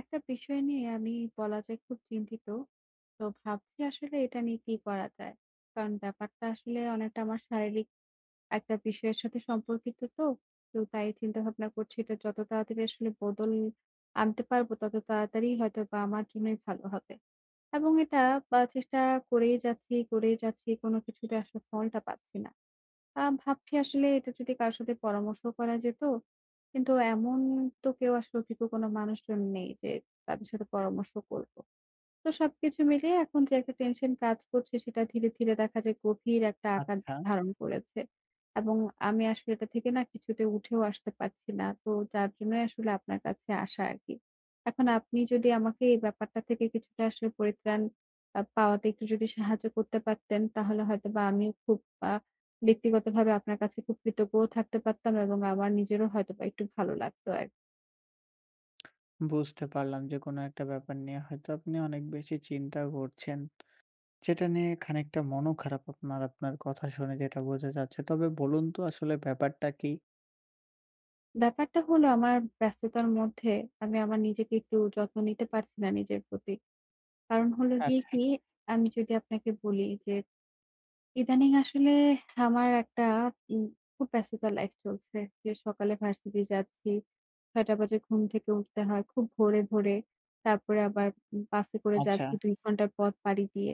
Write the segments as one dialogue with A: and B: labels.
A: একটা বিষয় নিয়ে আমি বলা যায় খুব চিন্তিত। তো ভাবছি আসলে এটা নিয়ে কি করা যায়? কারণ ব্যাপারটা আসলে অনেকটা আমার শারীরিক একটা বিষয়ের সাথে সম্পর্কিত তো। তো তাই চিন্তা ভাবনা করছি এটা যত তাড়াতাড়ি আসলে বদল আনতে পারবো তত তাড়াতাড়ি হয়তোবা আমার জন্যই ভালো হবে। এবং এটা বা চেষ্টা করেই যাচ্ছি, করেই যাচ্ছি। কোন কিছুতে আসলে ফলটা পাচ্ছি না। ভাবছি আসলে এটা যদি কারো সাথে পরামর্শ করা যেত। কিন্তু এমন তো কেউ আসলে অভিজ্ঞ কোনো মানুষজন নেই যে তাদের সাথে পরামর্শ করব। তো সবকিছু মিলিয়ে এখন যে একটা টেনশন কাজ করছে সেটা ধীরে, ধীরে দেখা যায় গভীর একটা আকার
B: আচ্ছা,
A: ধারণ করেছে। এবং আমি আসলে এটা থেকে না কিছুতে উঠেও আসতে পারছি না। তো যার জন্যই আসলে আপনার কাছে আসা আরকি। এখন আপনি যদি আমাকে এই ব্যাপারটা থেকে কিছুটা আসলে পরিত্রাণ পাওয়াতে একটু যদি সাহায্য করতে পারতেন তাহলে হয়তোবা আমিও খুব আ ব্যক্তিগতভাবে আপনার কাছে খুব কৃতজ্ঞও থাকতে পারতাম এবং আমার নিজেরও হয়তোবা একটু ভালো লাগতো আর কি।
B: বুঝতে পারলাম যে কোনো একটা ব্যাপার নিয়ে হয়তো আপনি অনেক বেশি চিন্তা করছেন। সেটা নিয়ে খানিকটা মনও খারাপ আপনার কথা শুনে যেটা বোঝা যাচ্ছে। তবে বলুন তো আসলে ব্যাপারটা কি?
A: ব্যাপারটা হলো আমার ব্যস্ততার মধ্যে আমি আমার নিজেকে একটু যত্ন নিতে পারছি না নিজের প্রতি। কারণ হলো গিয়ে
B: আচ্ছা।
A: কি, আমি যদি আপনাকে বলি যে ইদানিং আসলে আমার একটা উম খুব ব্যস্ততা লাইফ চলছে। যে সকালে ভার্সিটি যাচ্ছি। ৬ঃ০০ বাজে ঘুম থেকে উঠতে হয় খুব ভোরে, ভোরে। তারপরে আবার বাসে করে
B: আচ্ছা,
A: যাচ্ছি ২ ঘন্টার পথ পাড়ি দিয়ে।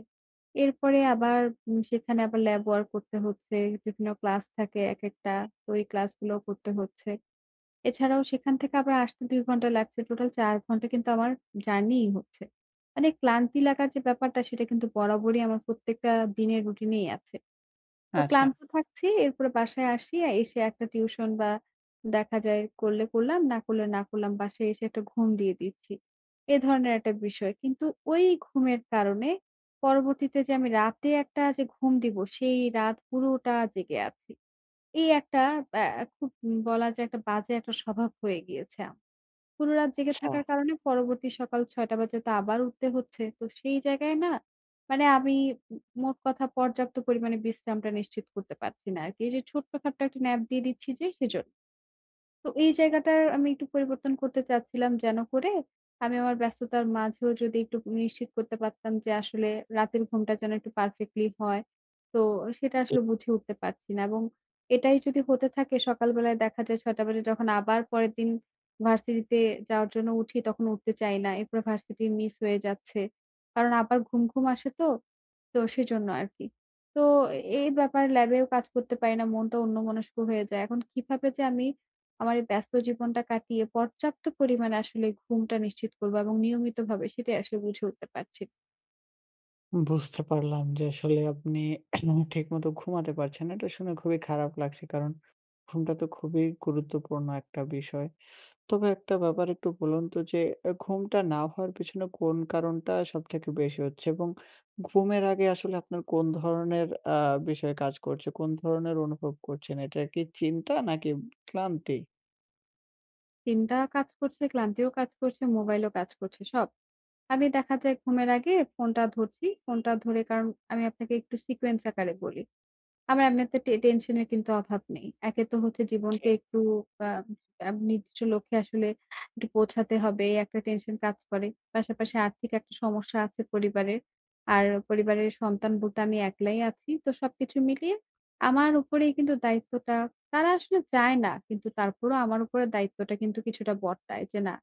A: এরপরে আবার সেখানে আবার ল্যাব ওয়ার্ক করতে হচ্ছে। বিভিন্ন ক্লাস থাকে একেকটা। তো এই ক্লাসগুলো করতে হচ্ছে। এছাড়াও সেখান থেকে আবার আসতে ২ ঘন্টা লাগছে। টোটাল ৪ ঘন্টা কিন্তু আমার জার্নিই হচ্ছে। মানে ক্লান্তি লাগার যে ব্যাপারটা সেটা কিন্তু বরাবরই আমার প্রত্যেকটা দিনের রুটিনেই আছে। তো
B: আচ্ছা,
A: ক্লান্ত থাকছি, এরপরে বাসায় আসি, আর এসে একটা টিউশন বা দেখা যায় করলে করলাম, না করলে না করলাম। বাসায় এসে একটা ঘুম দিয়ে দিচ্ছি। এ ধরনের একটা বিষয়। কিন্তু ওই ঘুমের কারণে পরবর্তীতে যে আমি রাতে একটা যে ঘুম দিব, সেই রাত পুরোটা জেগে আছি। এই একটা ব্যা খুব বলা যায় একটা বাজে একটা স্বভাব হয়ে গিয়েছে পুরো রাত জেগে
B: আচ্ছা,
A: থাকার কারণে পরবর্তী সকাল ৬ঃ০০ বাজে তো আবার উঠতে হচ্ছে। তো সেই জায়গায় না মানে আমি ম মোট কথা পর্যাপ্ত পরিমাণে বিশ্রামটা নিশ্চিত করতে পারছি না আরকি। এই যে ছোট্ট খাট্ট একটা ন্যাপ দিয়ে দিচ্ছি যে সেজ তো এই জায়গাটার আমি একটু পরিবর্তন করতে চাচ্ছিলাম যেন করে আমি আমার ব্যস্ততার মাঝেও যদি একটু নিশ্চিত করতে পারতাম যে আসলে রাতের ঘুমটা যেন একটু পারফেক্টলি হয়। তো সেটা
B: জি।
A: আসলে বুঝে উঠতে পারছি না এবং এটাই যদি হতে থাকে সকালবেলায় দেখা যায় ৬ঃ০০ বাজে যখন আবার পরের দিন ভার্সিটিতে যাওয়ার জন্য উঠি তখন উঠতে চাই না। এরপরে ভার্সিটি মিস হয়ে যাচ্ছে। কারণ আবার ঘুম, ঘুম আসে তো। তো সেজন্য আরকি। তো এই ব্যাপার ল্যাবেও কাজ করতে পারি না। মনটা অন্যমনস্ক হয়ে যায়। এখন কিভাবে যে আমি আমার এই ব্যস্ত জীবনটা কাটিয়ে পর্যাপ্ত পরিমাণে আসলে ঘুমটা নিশ্চিত করব এবং নিয়মিতভাবে সেটাই আসলে বুঝে উঠতে পারছি না।
B: বুঝতে পারলাম যে আসলে আপনি ঠিকমতো ঘুমাতে পারছেন না। এটা শুনে খুবই খারাপ লাগছে। কারণ ঘুমটা তো খুবই গুরুত্বপূর্ণ একটা বিষয়। তবে একটা ব্যাপার একটু বলুন তো যে ঘুমটা না হওয়ার পেছনে কোন কারণটা সবথেকে বেশি হচ্ছে? এবং ঘুমের আগে আসলে আপনার কোন ধরনের বিষয় কাজ করছে? কোন ধরনের অনুভব করছেন? এটা কি চিন্তা নাকি ক্লান্তি?
A: চিন্তা কাজ করছে, ক্লান্তিও কাজ করছে, মোবাইলও কাজ করছে, সব। আমি দেখা যায় ঘুমের আগে ফোনটা ধরছি। ফোনটা ধরে কারণ আমি আপনাকে একটু সিকোয়েন্স আকারে বলি। আমার এমনিতে টেনশনের কিন্তু অভাব নেই। একে তো হচ্ছে
B: জি।
A: জীবনকে একটু আ আ নির্দিষ্ট লক্ষ্যে আসলে একটু পৌঁছাতে হবে, একটা টেনশন কাজ করে। পাশাপাশি আর্থিক একটা সমস্যা আছে পরিবারের। আর পরিবারের সন্তান বলতে আমি একলাই আছি। তো সবকিছু মিলিয়ে আমার উপরেই কিন্তু দায়িত্বটা তারা আসলে চায় না। কিন্তু তারপরও আমার উপরে দায়িত্বটা কিন্তু কিছুটা বর্তায় যে, না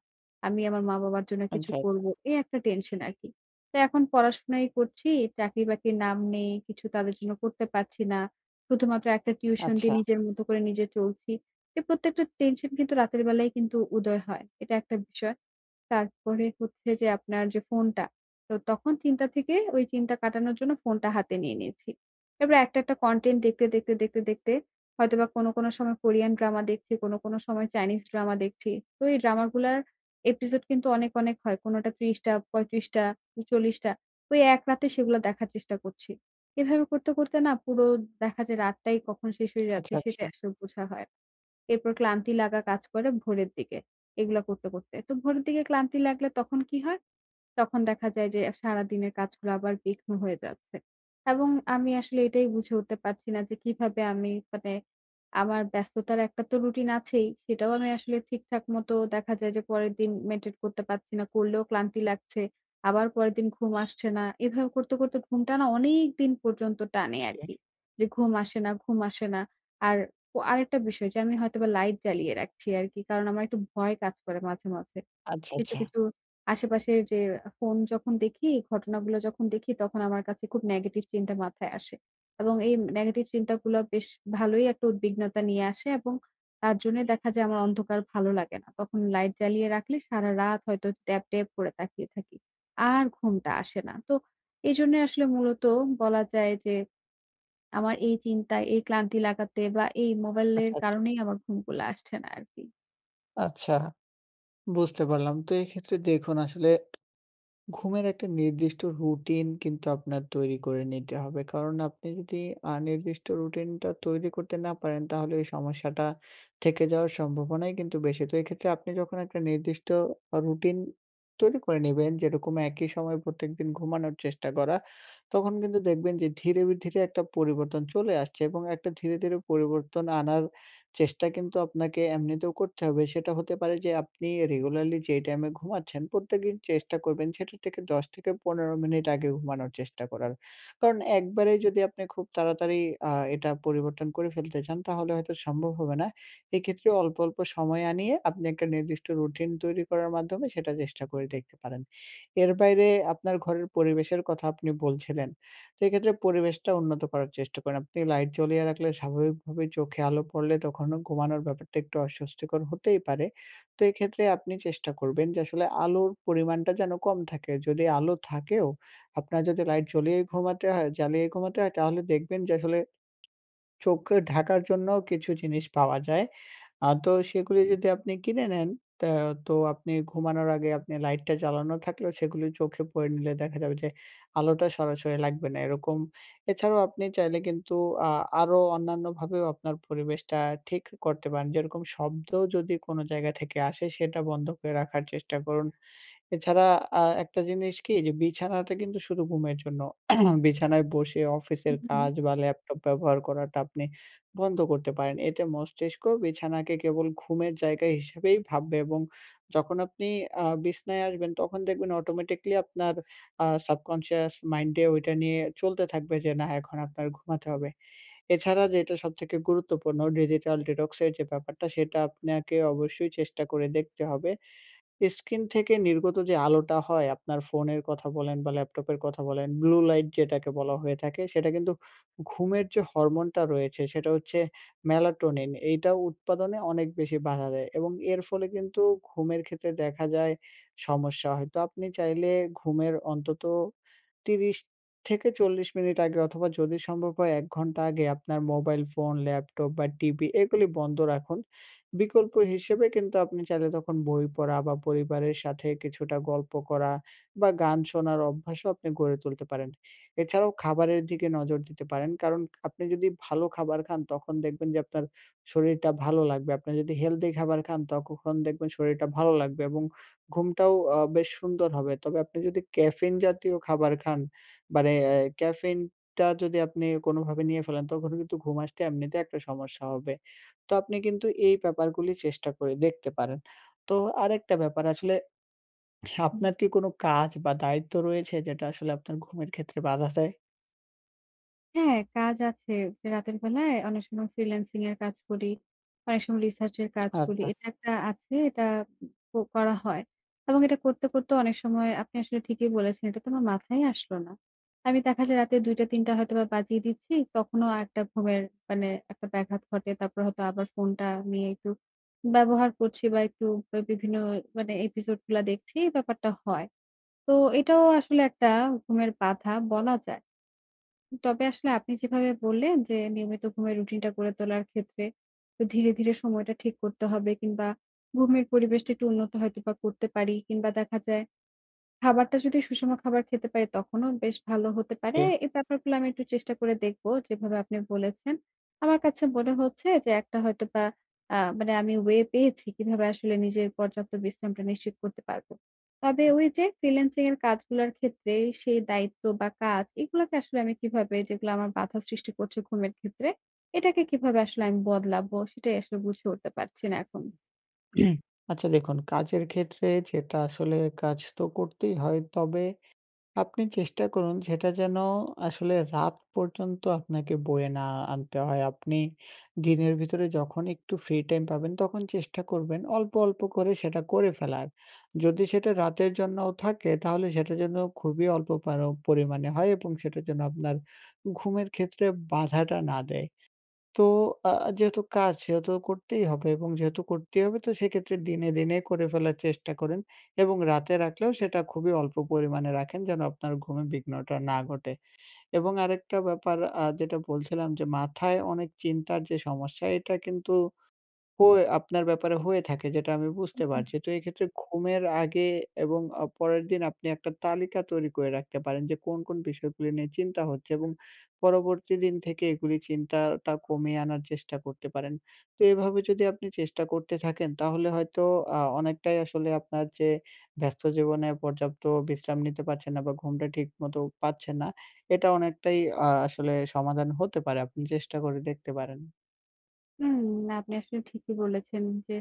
A: আমি আমার মা-বাবার জন্য কিছু
B: আচ্ছা,
A: করব। এই একটা টেনশন আরকি। তো এখন পড়াশোনাই করছি, চাকরি-বাকরির নাম নেই, কিছু তাদের জন্য করতে পারছি না। শুধুমাত্র একটা টিউশন
B: আচ্ছা,
A: দিয়ে নিজের মতো করে নিজে চলছি। এই প্রত্যেকটা টেনশন কিন্তু রাতের বেলায় কিন্তু উদয় হয়। এটা একটা বিষয়। তারপরে হচ্ছে যে আপনার যে ফোনটা, তো তখন চিন্তা থেকে ওই চিন্তা কাটানোর জন্য ফোনটা হাতে নিয়ে নিয়েছি। এবার একটা কনটেন্ট দেখতে, দেখতে, দেখতে, দেখতে হয়তোবা কোনো, কোনো সময় কোরিয়ান ড্রামা দেখছি, কোনো, কোনো সময় চাইনিজ ড্রামা দেখছি। তো এই ড্রামাগুলার এপিসোড কিন্তু অনেক, অনেক হয়। কোনোটা ৩০ টা, ৩৫ টা, ৪০ টা। ওই এক রাতে সেগুলো দেখার চেষ্টা করছি। এভাবে করতে, করতে না পুরো দেখা যায় রাতটাই কখন শেষ হয়ে
B: আচ্ছা,
A: যাচ্ছে
B: আচ্ছা,
A: সেটাই আসলে বোঝা হয় না। এরপর ক্লান্তি লাগা কাজ করে ভোরের দিকে। এগুলা করতে, করতে। তো ভোরের দিকে ক্লান্তি লাগলে তখন কি হয়? তখন দেখা যায় যে সারাদিনের কাজগুলো আবার বিঘ্ন হয়ে যাচ্ছে। এবং আমি আসলে এটাই বুঝে উঠতে পারছি না যে কিভাবে আমি মানে আমার ব্যস্ততার একটা তো রুটিন আছেই। সেটাও আমি আসলে ঠিকঠাক মতো দেখা যায় যে পরের দিন মেইনটেইন করতে পারছি না। করলেও ক্লান্তি লাগছে। আবার পরের দিন ঘুম আসছে না। এভাবে করতে, করতে ঘুমটা না অনেক দিন পর্যন্ত টানে
B: জি।
A: আরকি। যে ঘুম আসে না, ঘুম আসে না। আর ও আরেকটা বিষয় যে আমি হয়তোবা লাইট জ্বালিয়ে রাখছি আরকি। কারণ আমার একটু ভয় কাজ করে মাঝে, মাঝে।
B: আচ্ছা,
A: কিছু,
B: আচ্ছা,
A: কিছু আশেপাশের যে ফোন যখন দেখি, ঘটনাগুলো যখন দেখি তখন আমার কাছে খুব নেগেটিভ চিন্তা মাথায় আসে। এবং এই নেগেটিভ চিন্তাগুলো বেশ ভালোই একটা উদ্বিগ্নতা নিয়ে আসে এবং তার জন্যে দেখা যায় আমার অন্ধকার ভালো লাগে না। তখন লাইট জ্বালিয়ে রাখলে সারারাত হয়তো ট্যাব, ট্যাব করে তাকিয়ে থাকি। আর ঘুমটা আসে না। তো এজন্যে আসলে মূলত বলা যায় যে আমার এই চিন্তা, এই ক্লান্তি লাগাতে বা এই মোবাইলের
B: আচ্ছা, আচ্ছা,
A: কারণেই আমার ঘুমগুলা আসছে না আরকি।
B: আচ্ছা, বুঝতে পারলাম। তো এক্ষেত্রে দেখুন আসলে ঘুমের একটা নির্দিষ্ট রুটিন কিন্তু আপনার তৈরি করে নিতে হবে। কারণ আপনি যদি নির্দিষ্ট রুটিনটা তৈরি করতে না পারেন তাহলে এই সমস্যাটা থেকে যাওয়ার সম্ভাবনাই কিন্তু বেশি। তো এক্ষেত্রে আপনি যখন একটা নির্দিষ্ট রুটিন তৈরি করে নিবেন, যেরকম একই সময়ে প্রত্যেকদিন ঘুমানোর চেষ্টা করা, তখন কিন্তু দেখবেন যে ধীরে, ধীরে একটা পরিবর্তন চলে আসছে এবং একটা ধীরে, ধীরে পরিবর্তন আনার চেষ্টা কিন্তু আপনাকে এমনিতেও করতে হবে। সেটা হতে পারে যে আপনি রেগুলারলি যেই টাইমে ঘুমাচ্ছেন, প্রত্যেকদিন চেষ্টা করবেন সেটা থেকে ১০ থেকে ১৫ মিনিট আগে ঘুমানোর চেষ্টা করার। কারণ একবারেই যদি আপনি খুব তাড়াতাড়ি এটা পরিবর্তন করে ফেলতে চান তাহলে হয়তো সম্ভব হবে না। এক্ষেত্রে অল্প, অল্প সময় আনিয়ে আপনি একটা নির্দিষ্ট রুটিন তৈরি করার মাধ্যমে সেটা চেষ্টা করে দেখতে পারেন। এর বাইরে আপনার ঘরের পরিবেশের কথা আপনি বলছিলেন। সেক্ষেত্রে পরিবেশটা উন্নত করার চেষ্টা করেন। আপনি লাইট জ্বলিয়ে রাখলে স্বাভাবিকভাবে চোখে আলো পড়লে তখনও ঘুমানোর ব্যাপারটা একটু অস্বস্তিকর হতেই পারে। তো এক্ষেত্রে আপনি চেষ্টা করবেন যে আসলে আলোর পরিমাণটা যেন কম থাকে। যদি আলো থাকেও, আপনার যদি লাইট জ্বলিয়ে ঘুমাতে হয় জ্বালিয়ে ঘুমাতে হয় তাহলে দেখবেন যে আসলে চোখ ঢাকার জন্য কিছু জিনিস পাওয়া যায়। তো সেগুলি যদি আপনি কিনে নেন, তা তো আপনি ঘুমানোর আগে আপনি লাইটটা জ্বালানো থাকলেও সেগুলি চোখে পড়ে নিলে দেখা যাবে যে আলোটা সরাসরি লাগবে না এরকম। এছাড়াও আপনি চাইলে কিন্তু আ আরো অন্যান্যভাবেও আপনার পরিবেশটা ঠিক করতে পারেন। যেরকম শব্দ যদি কোনো জায়গা থেকে আসে সেটা বন্ধ করে রাখার চেষ্টা করুন। এছাড়া একটা জিনিস কি যে বিছানাটা কিন্তু শুধু ঘুমের জন্য। বিছানায় বসে অফিসের
A: হুম, হুম।
B: কাজ বা ল্যাপটপ ব্যবহার করাটা আপনি বন্ধ করতে পারেন। এতে মস্তিষ্ক বিছানাকে কেবল ঘুমের জায়গা হিসেবেই ভাববে এবং যখন আপনি বিছানায় আসবেন তখন দেখবেন অটোমেটিক্যালি আপনার সাবকনশিয়াস মাইন্ডে ওইটা নিয়ে চলতে থাকবে যে না, এখন আপনার ঘুমাতে হবে। এছাড়া যেটা সবথেকে গুরুত্বপূর্ণ ডিজিটাল ডিটক্স এর যে ব্যাপারটা সেটা আপনাকে অবশ্যই চেষ্টা করে দেখতে হবে। স্ক্রিন থেকে নির্গত যে আলোটা হয়, আপনার ফোনের কথা বলেন বা ল্যাপটপের কথা বলেন, ব্লু লাইট যেটাকে বলা হয়ে থাকে, সেটা কিন্তু ঘুমের যে হরমোনটা রয়েছে, সেটা হচ্ছে মেলাটোনিন। এইটা উৎপাদনে অনেক বেশি বাধা দেয় এবং এর ফলে কিন্তু ঘুমের ক্ষেত্রে দেখা যায় সমস্যা হয়। তো আপনি চাইলে ঘুমের অন্তত ৩০ থেকে ৪০ মিনিট আগে অথবা যদি সম্ভব হয় ১ ঘন্টা আগে আপনার মোবাইল ফোন, ল্যাপটপ বা টিভি এগুলি বন্ধ রাখুন। বিকল্প হিসেবে কিন্তু আপনি চাইলে তখন বই পড়া বা পরিবারের সাথে কিছুটা গল্প করা বা গান শোনার অভ্যাসও আপনি গড়ে তুলতে পারেন। এছাড়াও খাবারের দিকে নজর দিতে পারেন। কারণ আপনি যদি ভালো খাবার খান তখন দেখবেন যে আপনার শরীরটা ভালো লাগবে। আপনি যদি হেলথি খাবার খান তখন দেখবেন শরীরটা ভালো লাগবে এবং ঘুমটাও বেশ সুন্দর হবে। তবে আপনি যদি ক্যাফেইন জাতীয় খাবার খান মানে ক্যাফেইনটা যদি আপনি কোনোভাবে নিয়ে ফেলেন তখন কিন্তু ঘুম আসতে এমনিতে একটা সমস্যা হবে। তো আপনি কিন্তু এই ব্যাপারগুলি চেষ্টা করে দেখতে পারেন। তো আরেকটা ব্যাপার আসলে আপনার কি কোনো কাজ বা দায়িত্ব রয়েছে যেটা আসলে আপনার ঘুমের ক্ষেত্রে বাধা দেয়?
A: হ্যাঁ, কাজ আছে। যে রাতের বেলায় অনেক সময় ফ্রিল্যান্সিং এর কাজ করি। অনেক সময় রিসার্চ এর কাজ করি।
B: আচ্ছা,
A: এটা একটা আছে, এটা করা হয়। এবং এটা করতে, করতে অনেক সময় আপনি আসলে ঠিকই বলেছেন, এটা তো আমার মাথায় আসলো না। আমি দেখা যায় রাতে ২ঃ০০-৩ঃ০০ হয়তোবা বাজিয়ে দিচ্ছি। তখনও একটা ঘুমের মানে একটা ব্যাঘাত ঘটে। তারপর হয়তো আবার ফোনটা নিয়ে একটু ব্যবহার করছি বা একটু বিভিন্ন মানে এপিসোড গুলা দেখছি, এই ব্যাপারটা হয়। তো এটাও আসলে একটা ঘুমের বাধা বলা যায়। তবে আসলে আপনি যেভাবে বললেন যে নিয়মিত ঘুমের রুটিনটা গড়ে তোলার ক্ষেত্রে তো ধীরে ধীরে সময়টা ঠিক করতে হবে কিংবা ঘুমের পরিবেশটা একটু উন্নত হয়তো বা করতে পারি কিংবা দেখা যায় খাবারটা যদি সুষম খাবার খেতে পারি তখনও বেশ ভালো হতে পারে।
B: জি।
A: এই ব্যাপারগুলো আমি একটু চেষ্টা করে দেখব যেভাবে আপনি বলেছেন। আমার কাছে মনে হচ্ছে যে একটা হয়তোবা মানে আমি ওয়ে পেয়েছি কিভাবে আসলে নিজের পর্যাপ্ত বিশ্রামটা নিশ্চিত করতে পারব। তবে ওই যে ফ্রিল্যান্সিং এর কাজগুলার ক্ষেত্রে সেই দায়িত্ব বা কাজ এগুলাকে আসলে আমি কিভাবে যেগুলো আমার বাধা সৃষ্টি করছে ঘুমের ক্ষেত্রে, এটাকে কিভাবে আসলে আমি বদলাবো সেটাই আসলে বুঝে উঠতে পারছি না এখন।
B: আচ্ছা, দেখুন কাজের ক্ষেত্রে যেটা আসলে কাজ তো করতেই হয়, তবে আপনি চেষ্টা করুন সেটা যেন আসলে রাত পর্যন্ত আপনাকে বয়ে না আনতে হয়। আপনি দিনের ভিতরে যখন একটু ফ্রি টাইম পাবেন তখন চেষ্টা করবেন অল্প, অল্প করে সেটা করে ফেলার। যদি সেটা রাতের জন্যও থাকে তাহলে সেটা যেন খুবই অল্প পরিমাণে হয় এবং সেটা যেন আপনার ঘুমের ক্ষেত্রে বাধাটা না দেয়। তো আ যেহেতু কাজ সেহেতু করতেই হবে এবং যেহেতু করতেই হবে, তো সেক্ষেত্রে দিনে, দিনে করে ফেলার চেষ্টা করেন এবং রাতে রাখলেও সেটা খুবই অল্প পরিমাণে রাখেন যেন আপনার ঘুমে বিঘ্নটা না ঘটে। এবং আরেকটা ব্যাপার, যেটা বলছিলাম, যে মাথায় অনেক চিন্তার যে সমস্যা, এটা কিন্তু হয়ে আপনার ব্যাপারে হয়ে থাকে, যেটা আমি বুঝতে
A: হুম।
B: পারছি। তো এক্ষেত্রে ঘুমের আগে এবং পরের দিন আপনি একটা তালিকা তৈরি করে রাখতে পারেন যে কোন, কোন বিষয়গুলি নিয়ে চিন্তা হচ্ছে এবং পরবর্তী দিন থেকে এগুলি চিন্তাটা কমিয়ে আনার চেষ্টা করতে পারেন। তো এভাবে যদি আপনি চেষ্টা করতে থাকেন তাহলে হয়তো অনেকটাই আসলে আপনার যে ব্যস্ত জীবনে পর্যাপ্ত বিশ্রাম নিতে পারছেন না বা ঘুমটা ঠিকমতো পাচ্ছেন না, এটা অনেকটাই আসলে সমাধান হতে পারে। আপনি চেষ্টা করে দেখতে পারেন।
A: হুম, আপনি আসলে ঠিকই বলেছেন যে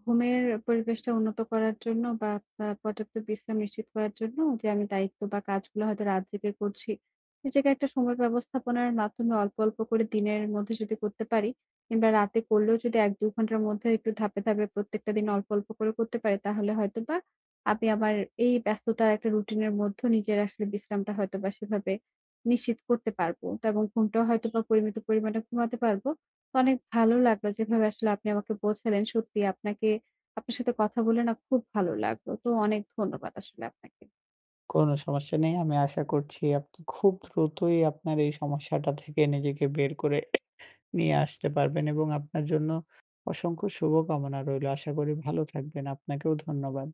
A: ঘুমের পরিবেশটা উন্নত করার জন্য বা পর্যাপ্ত বিশ্রাম নিশ্চিত করার জন্য যে আমি দায়িত্ব বা কাজগুলো হয়তো রাত জেগে করছি। নিজেকে একটা সময় ব্যবস্থাপনার মাধ্যমে অল্প, অল্প করে দিনের মধ্যে যদি করতে পারি কিংবা রাতে করলেও যদি ১-২ ঘন্টার মধ্যে একটু ধাপে, ধাপে প্রত্যেকটা দিন অল্প, অল্প করে করতে পারি তাহলে হয়তোবা আমি আমার এই ব্যস্ততার একটা রুটিনের মধ্যে নিজের আসলে বিশ্রামটা হয়তোবা সেভাবে নিশ্চিত করতে পারবো। তো এবং ঘুমটাও হয়তোবা পরিমিত পরিমাণে ঘুমাতে পারবো। অনেক ভালো লাগলো যেভাবে আসলে আপনি আমাকে বোঝালেন। সত্যি আপনাকে আপনার সাথে কথা বলে না খুব ভালো লাগলো। তো অনেক ধন্যবাদ আসলে আপনাকে।
B: কোনো সমস্যা নেই। আমি আশা করছি আপনি খুব দ্রুতই আপনার এই সমস্যাটা থেকে নিজেকে বের করে নিয়ে আসতে পারবেন এবং আপনার জন্য অসংখ্য শুভকামনা রইলো। আশা করি ভালো থাকবেন। আপনাকেও ধন্যবাদ।